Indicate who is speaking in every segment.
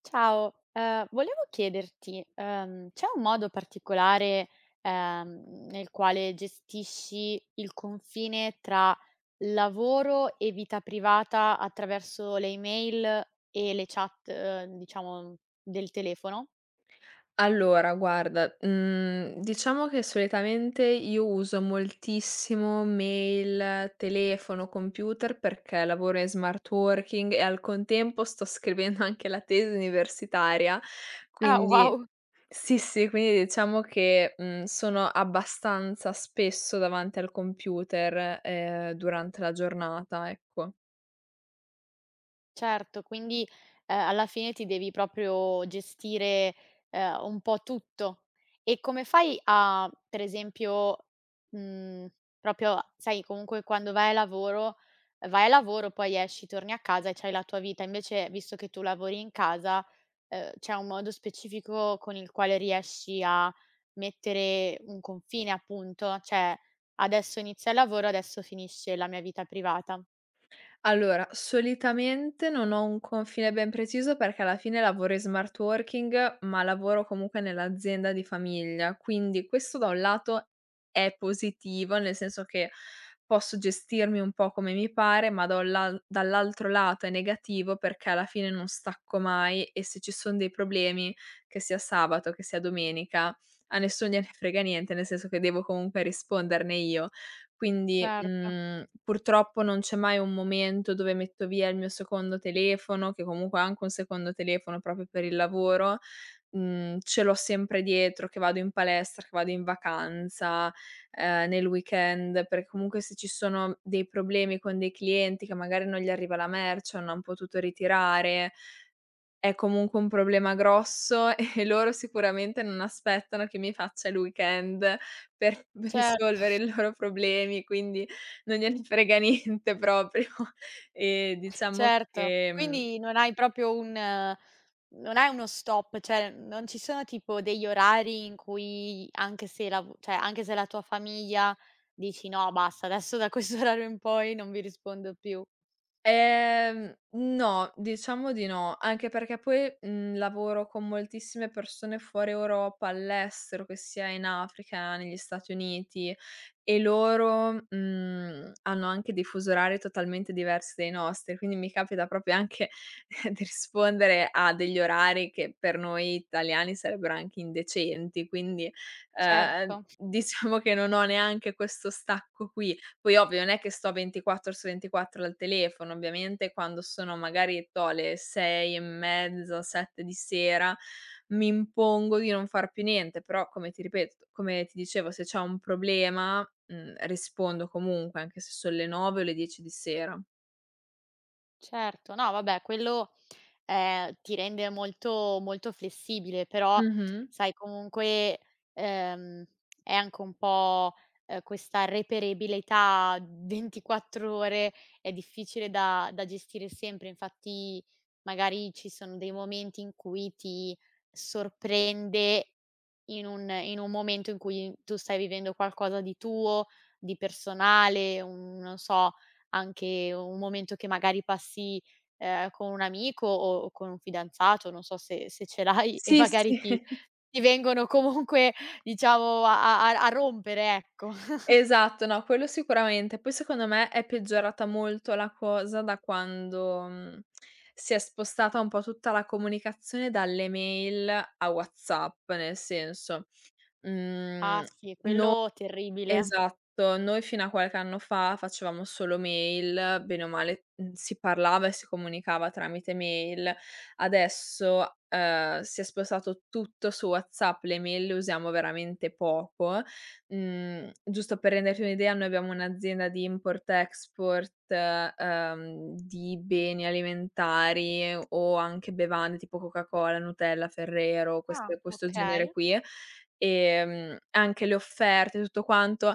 Speaker 1: Ciao, volevo chiederti, c'è un modo particolare, nel quale gestisci il confine tra lavoro e vita privata attraverso le email e le chat, diciamo del telefono?
Speaker 2: Allora guarda, diciamo che solitamente io uso moltissimo mail, telefono, computer perché lavoro in smart working e al contempo sto scrivendo anche la tesi universitaria,
Speaker 1: Ah
Speaker 2: quindi
Speaker 1: wow!
Speaker 2: sì, sì, quindi diciamo che, sono abbastanza spesso davanti al computer, durante la giornata, ecco.
Speaker 1: Certo, quindi, alla fine ti devi proprio gestire, un po' tutto. E come fai a per esempio, mhmm, proprio sai comunque quando vai a lavoro, poi esci, torni a casa e c'hai la tua vita, invece visto che tu lavori in casa, c'è un modo specifico con il quale riesci a mettere un confine appunto? Cioè: "Adesso inizia il lavoro, adesso finisce la mia vita privata."
Speaker 2: Allora, solitamente non ho un confine ben preciso perché alla fine lavoro in smart working, ma lavoro comunque nell'azienda di famiglia, quindi questo da un lato è positivo, nel senso che posso gestirmi un po' come mi pare, ma dall'altro lato è negativo perché alla fine non stacco mai e se ci sono dei problemi, che sia sabato, che sia domenica, a nessuno gliene frega niente, nel senso che devo comunque risponderne io quindi,
Speaker 1: Certo,
Speaker 2: mhmm, purtroppo non c'è mai un momento dove metto via il mio secondo telefono, che comunque ho anche un secondo telefono proprio per il lavoro, ce l'ho sempre dietro, che vado in palestra, che vado in vacanza, nel weekend, perché comunque se ci sono dei problemi con dei clienti che magari non gli arriva la merce o non han potuto ritirare è comunque un problema grosso e loro sicuramente non aspettano che mi faccia il weekend per risolvere
Speaker 1: certo.
Speaker 2: i loro problemi, quindi non gliene frega niente proprio. E diciamo
Speaker 1: Certo.
Speaker 2: che, mhmm
Speaker 1: Quindi non hai proprio un non hai uno stop, cioè non ci sono tipo degli orari in cui anche se lav cioè anche se la tua famiglia dici: "No basta, adesso da questo orario in poi non vi rispondo più."
Speaker 2: No, diciamo di no, anche perché poi, lavoro con moltissime persone fuori Europa, all'estero, che sia in Africa, negli Stati Uniti e loro, hanno anche dei fusi orari totalmente diversi dai nostri, quindi mi capita proprio anche di rispondere a degli orari che per noi italiani sarebbero anche indecenti, quindi,
Speaker 1: Certo,
Speaker 2: ehm, diciamo che non ho neanche questo stacco qui. Poi ovvio, non è che sto 24 su 24 al telefono, ovviamente quando sono magari, toh, le 6 e mezza, 7 di sera, mi impongo di non far più niente, però come ti dicevo, se c'è un problema, rispondo comunque, anche se son le 9 o le 10 di sera.
Speaker 1: certo. No vabbè, quello ti rende molto molto flessibile, però
Speaker 2: Mh-mh.
Speaker 1: sai comunque, ehm, è anche un po', questa reperibilità 24 ore è difficile da da gestire sempre. Infatti magari ci sono dei momenti in cui ti sorprende in un momento in cui tu stai vivendo qualcosa di tuo, di personale, un non so, anche un momento che magari passi, con un amico o con un fidanzato, non so se se ce l'hai e
Speaker 2: Sì, sì.
Speaker 1: magari ti vengono comunque diciamo a a a rompere, ecco.
Speaker 2: Esatto, no, quello sicuramente. Poi secondo me è peggiorata molto la cosa da quando, si è spostata un po' tutta la comunicazione dalle mail a WhatsApp, nel senso,
Speaker 1: Ah
Speaker 2: mhmm
Speaker 1: sì, quello terribile.
Speaker 2: Esatto, noi fino a qualche anno fa facevamo solo mail, bene o male, si parlava e si comunicava tramite mail. Adesso, si è spostato tutto su WhatsApp, le mail le usiamo veramente poco. Giusto per renderti un'idea, noi abbiamo un'azienda di import-export, di beni alimentari o anche bevande tipo Coca-Cola, Nutella, Ferrero,
Speaker 1: Ah,
Speaker 2: queste questo genere
Speaker 1: okay.
Speaker 2: qui. Anche le offerte, tutto quanto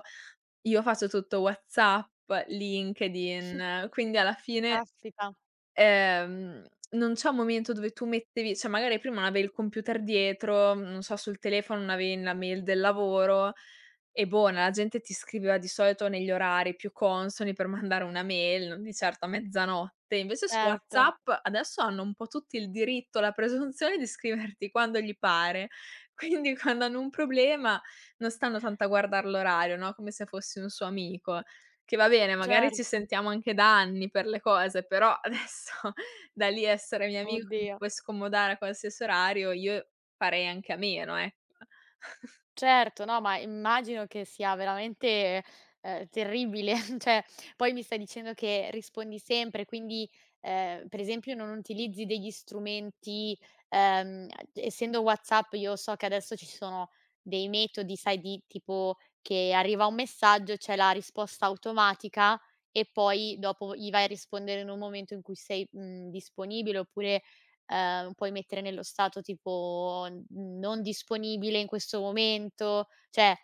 Speaker 2: io faccio tutto WhatsApp, LinkedIn, quindi alla fine,
Speaker 1: Caspita,
Speaker 2: ehm, non c'è un momento dove tu mettevi, cioè magari prima non avevi il computer dietro, non so, sul telefono non avevi la mail del lavoro, e buona, la gente ti scriveva di solito negli orari più consoni per mandare una mail, non di certo a mezzanotte. Invece su
Speaker 1: certo,
Speaker 2: WhatsApp adesso hanno un po' tutti il diritto, la presunzione di scriverti quando gli pare. Quindi quando hanno un problema non stanno tanto a guardar l'orario, no, come se fossi un suo amico. Che va bene, magari ci
Speaker 1: certo.
Speaker 2: sentiamo anche da anni per le cose, però adesso da lì a essere mio amico che mi
Speaker 1: Oddio.
Speaker 2: puoi scomodare a qualsiasi orario, io farei anche a meno, ecco.
Speaker 1: Certo, no, ma immagino che sia veramente, terribile. Cioè, poi mi stai dicendo che rispondi sempre, quindi, per esempio non utilizzi degli strumenti, ehm, essendo WhatsApp io so che adesso ci sono dei metodi, sai, di tipo che arriva un messaggio, c'è la risposta automatica e poi dopo gli vai a rispondere in un momento in cui sei, mhmm, disponibile oppure puoi mettere nello stato tipo n non disponibile in questo momento, cioè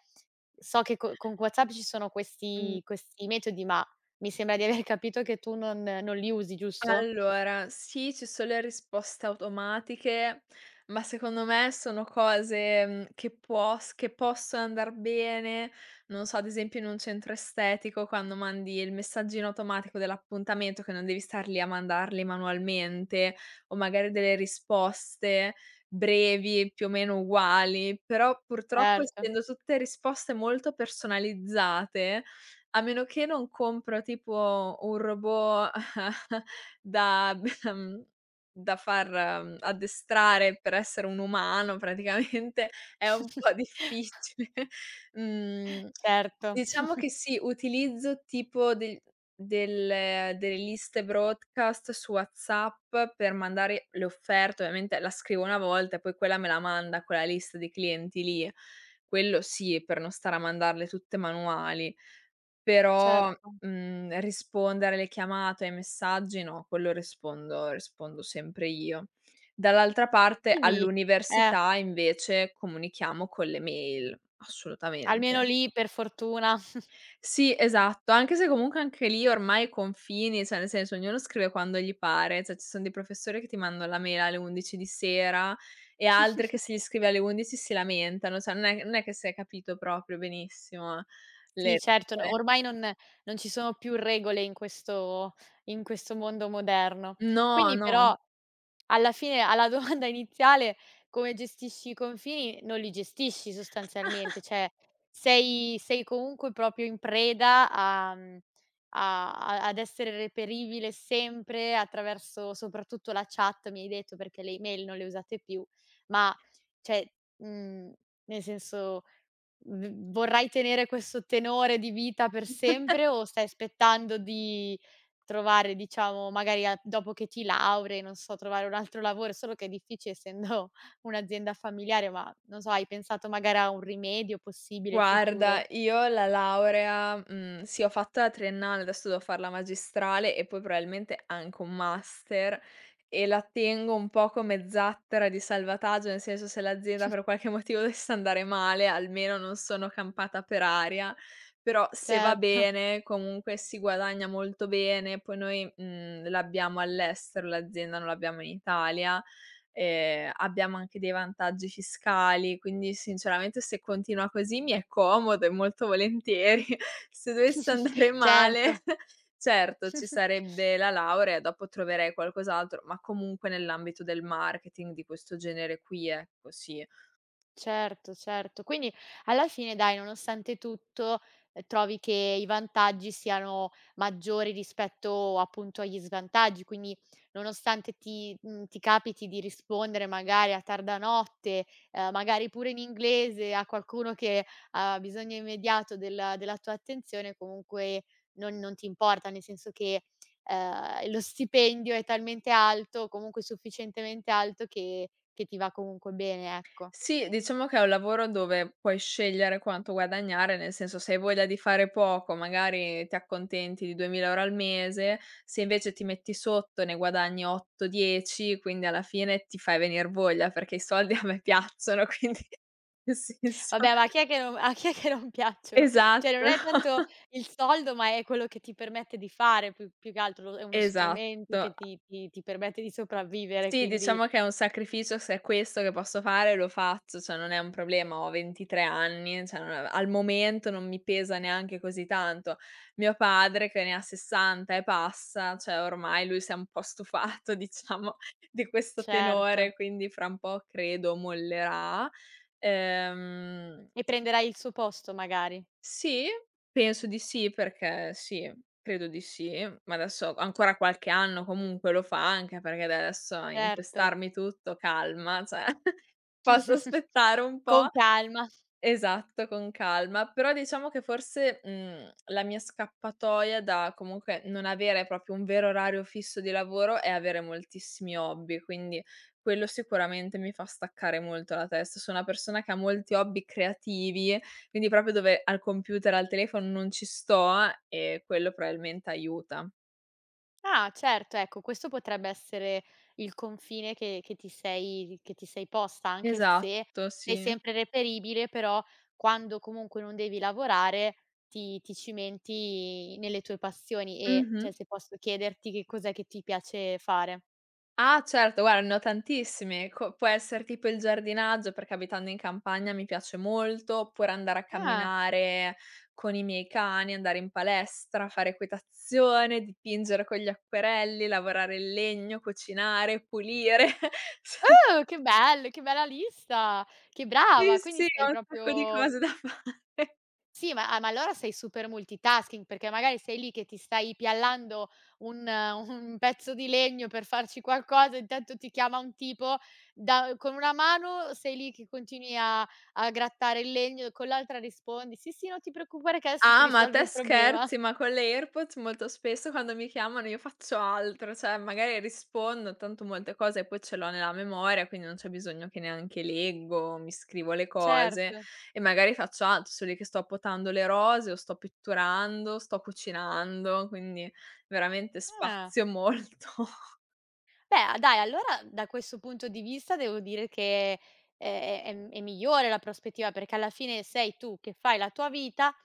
Speaker 1: so che co con WhatsApp ci sono questi metodi, ma mi sembra di aver capito che tu non non li usi, giusto?
Speaker 2: Allora, sì, ci sono le risposte automatiche, ma secondo me sono cose, che puos che possono andar bene, non so, ad esempio in un centro estetico quando mandi il messaggino automatico dell'appuntamento che non devi star lì a mandarli manualmente, o magari delle risposte brevi, più o meno uguali, però purtroppo
Speaker 1: Certo.
Speaker 2: essendo tutte risposte molto personalizzate, a meno che non compro tipo un robot da da far addestrare per essere un umano praticamente è un po' difficile. Mhmm,
Speaker 1: Certo,
Speaker 2: diciamo che sì, utilizzo tipo delle liste broadcast su WhatsApp per mandare le offerte, ovviamente la scrivo una volta e poi quella me la manda quella lista di clienti lì. Quello sì, per non stare a mandarle tutte manuali. Però,
Speaker 1: certo.
Speaker 2: mhmm, rispondere alle chiamate, ai messaggi no, quello rispondo sempre io. Dall'altra parte
Speaker 1: Quindi eh,
Speaker 2: all'università invece comunichiamo con le mail,
Speaker 1: almeno
Speaker 2: assolutamente.
Speaker 1: lì per fortuna.
Speaker 2: Sì, esatto, anche se comunque anche lì ormai i confini, cioè nel senso ognuno scrive quando gli pare, cioè ci sono dei professori che ti mandano la mail alle 11 di sera e altri che se gli scrivi alle 11 si lamentano, cioè non è che si è capito proprio benissimo le
Speaker 1: Sì certo, no
Speaker 2: regole.
Speaker 1: ormai non non ci sono più regole in questo mondo moderno.
Speaker 2: No,
Speaker 1: Quindi
Speaker 2: no.
Speaker 1: però alla fine, alla domanda iniziale, come gestisci i confini, non li gestisci sostanzialmente, cioè sei sei comunque proprio in preda a mhmm, a a ad essere reperibile sempre attraverso soprattutto la chat, mi hai detto, perché le email non le usate più, ma cioè, mhmm, nel senso v vorrai tenere questo tenore di vita per sempre o stai aspettando di trovare, diciamo, magari a dopo che ti laurei, non so, trovare un altro lavoro, solo che è difficile essendo un'azienda familiare, ma non so, hai pensato magari a un rimedio possibile
Speaker 2: Guarda,
Speaker 1: futuro?
Speaker 2: io la laurea, sì ho fatto la triennale, adesso devo far la magistrale e poi probabilmente anche un master e la tengo un po' come zattera di salvataggio, nel senso se l'azienda per qualche motivo dovesse andare male, almeno non sono campata per aria, però se va
Speaker 1: Certo,
Speaker 2: bene comunque si guadagna molto bene, poi noi, l'abbiamo all'estero l'azienda, non l'abbiamo in Italia, abbiamo anche dei vantaggi fiscali, quindi sinceramente se continua così mi è comodo e molto volentieri. Se dovesse andare male,
Speaker 1: certo.
Speaker 2: certo ci sarebbe la laurea e dopo troverei qualcos'altro, ma comunque nell'ambito del marketing, di questo genere qui, ecco, sì.
Speaker 1: Certo, certo. Quindi alla fine dai, nonostante tutto, trovi che i vantaggi siano maggiori rispetto appunto agli svantaggi, quindi nonostante ti mhmm, ti capiti di rispondere magari a tarda notte, magari pure in inglese a qualcuno che ha bisogno immediato del della tua attenzione, comunque non non ti importa, nel senso che, lo stipendio è talmente alto, comunque sufficientemente alto che ti va comunque bene, ecco.
Speaker 2: Sì, diciamo che è un lavoro dove puoi scegliere quanto guadagnare, nel senso se hai voglia di fare poco magari ti accontenti di 2.000 € al mese, se invece ti metti sotto ne guadagni 8, 10, quindi alla fine ti fai venir voglia perché i soldi a me piacciono, quindi nel senso
Speaker 1: Vabbè, ma a chi è che non a chi è che non piacciono? Cioè,
Speaker 2: esatto,
Speaker 1: non è tanto il soldo, ma è quello che ti permette di fare più più che altro, lo è uno strumento
Speaker 2: esatto.
Speaker 1: che ti ti ti permette di sopravvivere,
Speaker 2: Sì,
Speaker 1: quindi
Speaker 2: diciamo che è un sacrificio, se è questo che posso fare lo faccio, cioè non è un problema, ho 23 anni, cioè non è al momento non mi pesa neanche così tanto. Mio padre che ne ha 60 e passa, cioè ormai lui si è un po' stufato diciamo di questo
Speaker 1: certo.
Speaker 2: tenore, quindi fra un po' credo mollerà. Ehm
Speaker 1: E prenderai il suo posto magari,
Speaker 2: sì, penso di sì, perché sì, credo di sì, ma adesso ancora qualche anno comunque lo fa, anche perché da adesso a
Speaker 1: certo.
Speaker 2: intestarmi tutto, calma, cioè posso aspettare un po'.
Speaker 1: Con calma.
Speaker 2: Esatto, con calma. Però diciamo che forse, la mia scappatoia da comunque non avere proprio un vero orario fisso di lavoro è avere moltissimi hobby, quindi quello sicuramente mi fa staccare molto la testa. Sono una persona che ha molti hobby creativi, quindi proprio dove al computer, al telefono non ci sto e quello probabilmente aiuta.
Speaker 1: Ah, certo, ecco, questo potrebbe essere il confine che ti sei posta, anche se
Speaker 2: Esatto,
Speaker 1: sei
Speaker 2: sì.
Speaker 1: sempre reperibile, però quando comunque non devi lavorare ti ti cimenti nelle tue passioni e,
Speaker 2: Mh-mh.
Speaker 1: cioè, se posso chiederti che cos'è che ti piace fare.
Speaker 2: Ah certo, guarda ne ho tantissimi. Co può essere tipo il giardinaggio, perché abitando in campagna mi piace molto, oppure andare a
Speaker 1: Ah.
Speaker 2: camminare con i miei cani, andare in palestra, fare equitazione, dipingere con gli acquerelli, lavorare il legno, cucinare, pulire.
Speaker 1: Che bello, che bella lista, che
Speaker 2: Sì,
Speaker 1: brava,
Speaker 2: sì,
Speaker 1: quindi sei
Speaker 2: ho un sacco di
Speaker 1: proprio
Speaker 2: cose da fare.
Speaker 1: sì, ma ah, ma allora sei super multitasking, perché magari sei lì che ti stai piallando un un pezzo di legno per farci qualcosa, intanto ti chiama un tipo da con una mano sei lì che continui a a grattare il legno, con l'altra rispondi: "Sì, sì, non ti preoccupare che adesso ti
Speaker 2: Ah, ma
Speaker 1: risolvo
Speaker 2: te
Speaker 1: il problema."
Speaker 2: scherzi, ma con le AirPods molto spesso quando mi chiamano io faccio altro, cioè magari rispondo, tanto molte cose poi ce l'ho nella memoria, quindi non c'è bisogno che neanche leggo, mi scrivo le cose
Speaker 1: Certo.
Speaker 2: e magari faccio altro, sono lì che sto potando le rose o sto pitturando, sto cucinando, quindi veramente
Speaker 1: Ah.
Speaker 2: spazio molto.
Speaker 1: Beh, dai, allora da questo punto di vista devo dire che è migliore la prospettiva, perché alla fine sei tu che fai la tua vita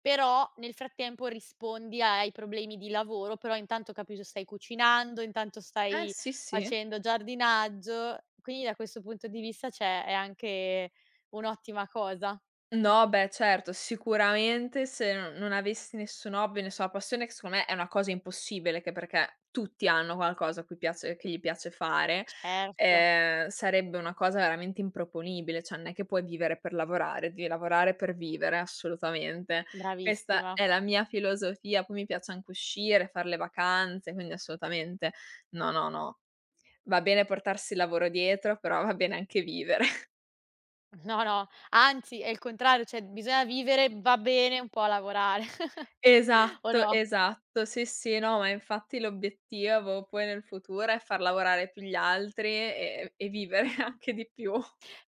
Speaker 1: però nel frattempo rispondi ai problemi di lavoro, però intanto capito stai cucinando, intanto
Speaker 2: Eh
Speaker 1: stai
Speaker 2: sì, sì.
Speaker 1: facendo giardinaggio, quindi da questo punto di vista c'è è anche un'ottima cosa.
Speaker 2: No, beh, certo, sicuramente se non avessi nessun hobby, nessuna passione, che secondo me è una cosa impossibile, che perché tutti hanno qualcosa a cui piace che gli piace fare,
Speaker 1: Certo,
Speaker 2: sarebbe una cosa veramente improponibile, cioè non è che puoi vivere per lavorare, devi lavorare per vivere, assolutamente. Questa
Speaker 1: bravissima.
Speaker 2: è la mia filosofia, poi mi piace anche uscire, far le vacanze, quindi assolutamente no, no, no. Va bene portarsi il lavoro dietro, però va bene anche vivere.
Speaker 1: No, no, anzi è il contrario, cioè bisogna vivere, va bene un po' lavorare o
Speaker 2: Esatto,
Speaker 1: no?
Speaker 2: esatto. Sì, sì, no, ma infatti l'obiettivo poi nel futuro è far lavorare più gli altri e vivere anche di più.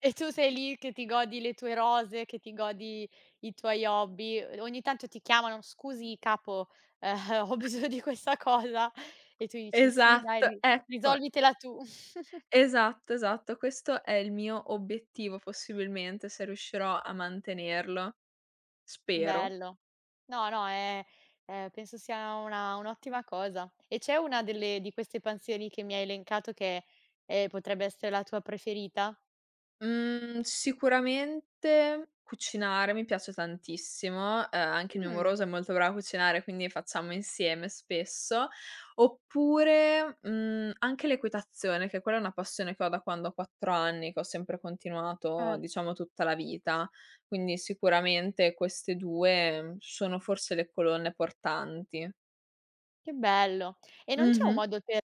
Speaker 1: E tu sei lì che ti godi le tue rose, che ti godi i tuoi hobby. Ogni tanto ti chiamano: "Scusi capo, ehm, ho bisogno di questa cosa" e tu dici: "Sì dai,
Speaker 2: Esatto,
Speaker 1: ri
Speaker 2: ecco.
Speaker 1: risolvitela tu."
Speaker 2: Esatto, esatto. Questo è il mio obiettivo possibilmente, se riuscirò a mantenerlo. Spero.
Speaker 1: Bello. No, no, è penso sia una un'ottima cosa. E c'è una delle di queste pansioni che mi hai elencato che, potrebbe essere la tua preferita?
Speaker 2: Mhmm, Sicuramente cucinare mi piace tantissimo, anche il mio
Speaker 1: Mh,
Speaker 2: moroso è molto bravo a cucinare, quindi facciamo insieme spesso. Oppure, anche l'equitazione, che quella è una passione che ho da quando ho 4 anni, che ho sempre continuato,
Speaker 1: eh.
Speaker 2: diciamo, tutta la vita. Quindi sicuramente queste 2 sono forse le colonne portanti.
Speaker 1: Che bello. E non c'è un
Speaker 2: Mh-mh.
Speaker 1: modo per,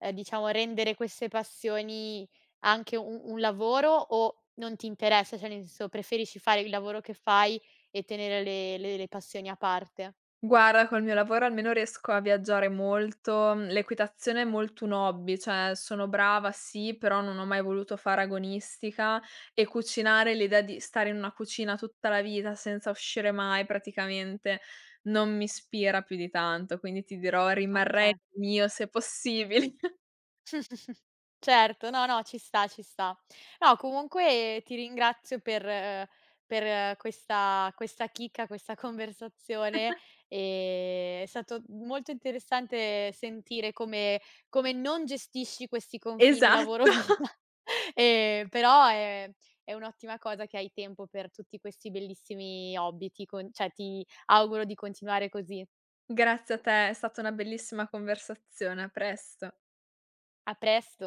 Speaker 1: diciamo rendere queste passioni anche un lavoro o non ti interessa? Cioè nel senso, preferisci fare il lavoro che fai e tenere le passioni a parte?
Speaker 2: Guarda, col mio lavoro almeno riesco a viaggiare molto. Mhmm, L'equitazione è molto un hobby, cioè sono brava sì, però non ho mai voluto fare agonistica e cucinare, l'idea di stare in una cucina tutta la vita senza uscire mai praticamente non mi ispira più di tanto, quindi ti dirò rimarrei
Speaker 1: Okay.
Speaker 2: mio se possibile.
Speaker 1: Certo, no, no, ci sta, ci sta. No, comunque ti ringrazio per questa questa chicca, questa conversazione, è stato molto interessante sentire come come non gestisci questi confini
Speaker 2: Esatto.
Speaker 1: lavoro-vita, però è un'ottima cosa che hai tempo per tutti questi bellissimi hobby, ti con cioè ti auguro di continuare così.
Speaker 2: Grazie a te, è stata una bellissima conversazione. A presto.
Speaker 1: A presto.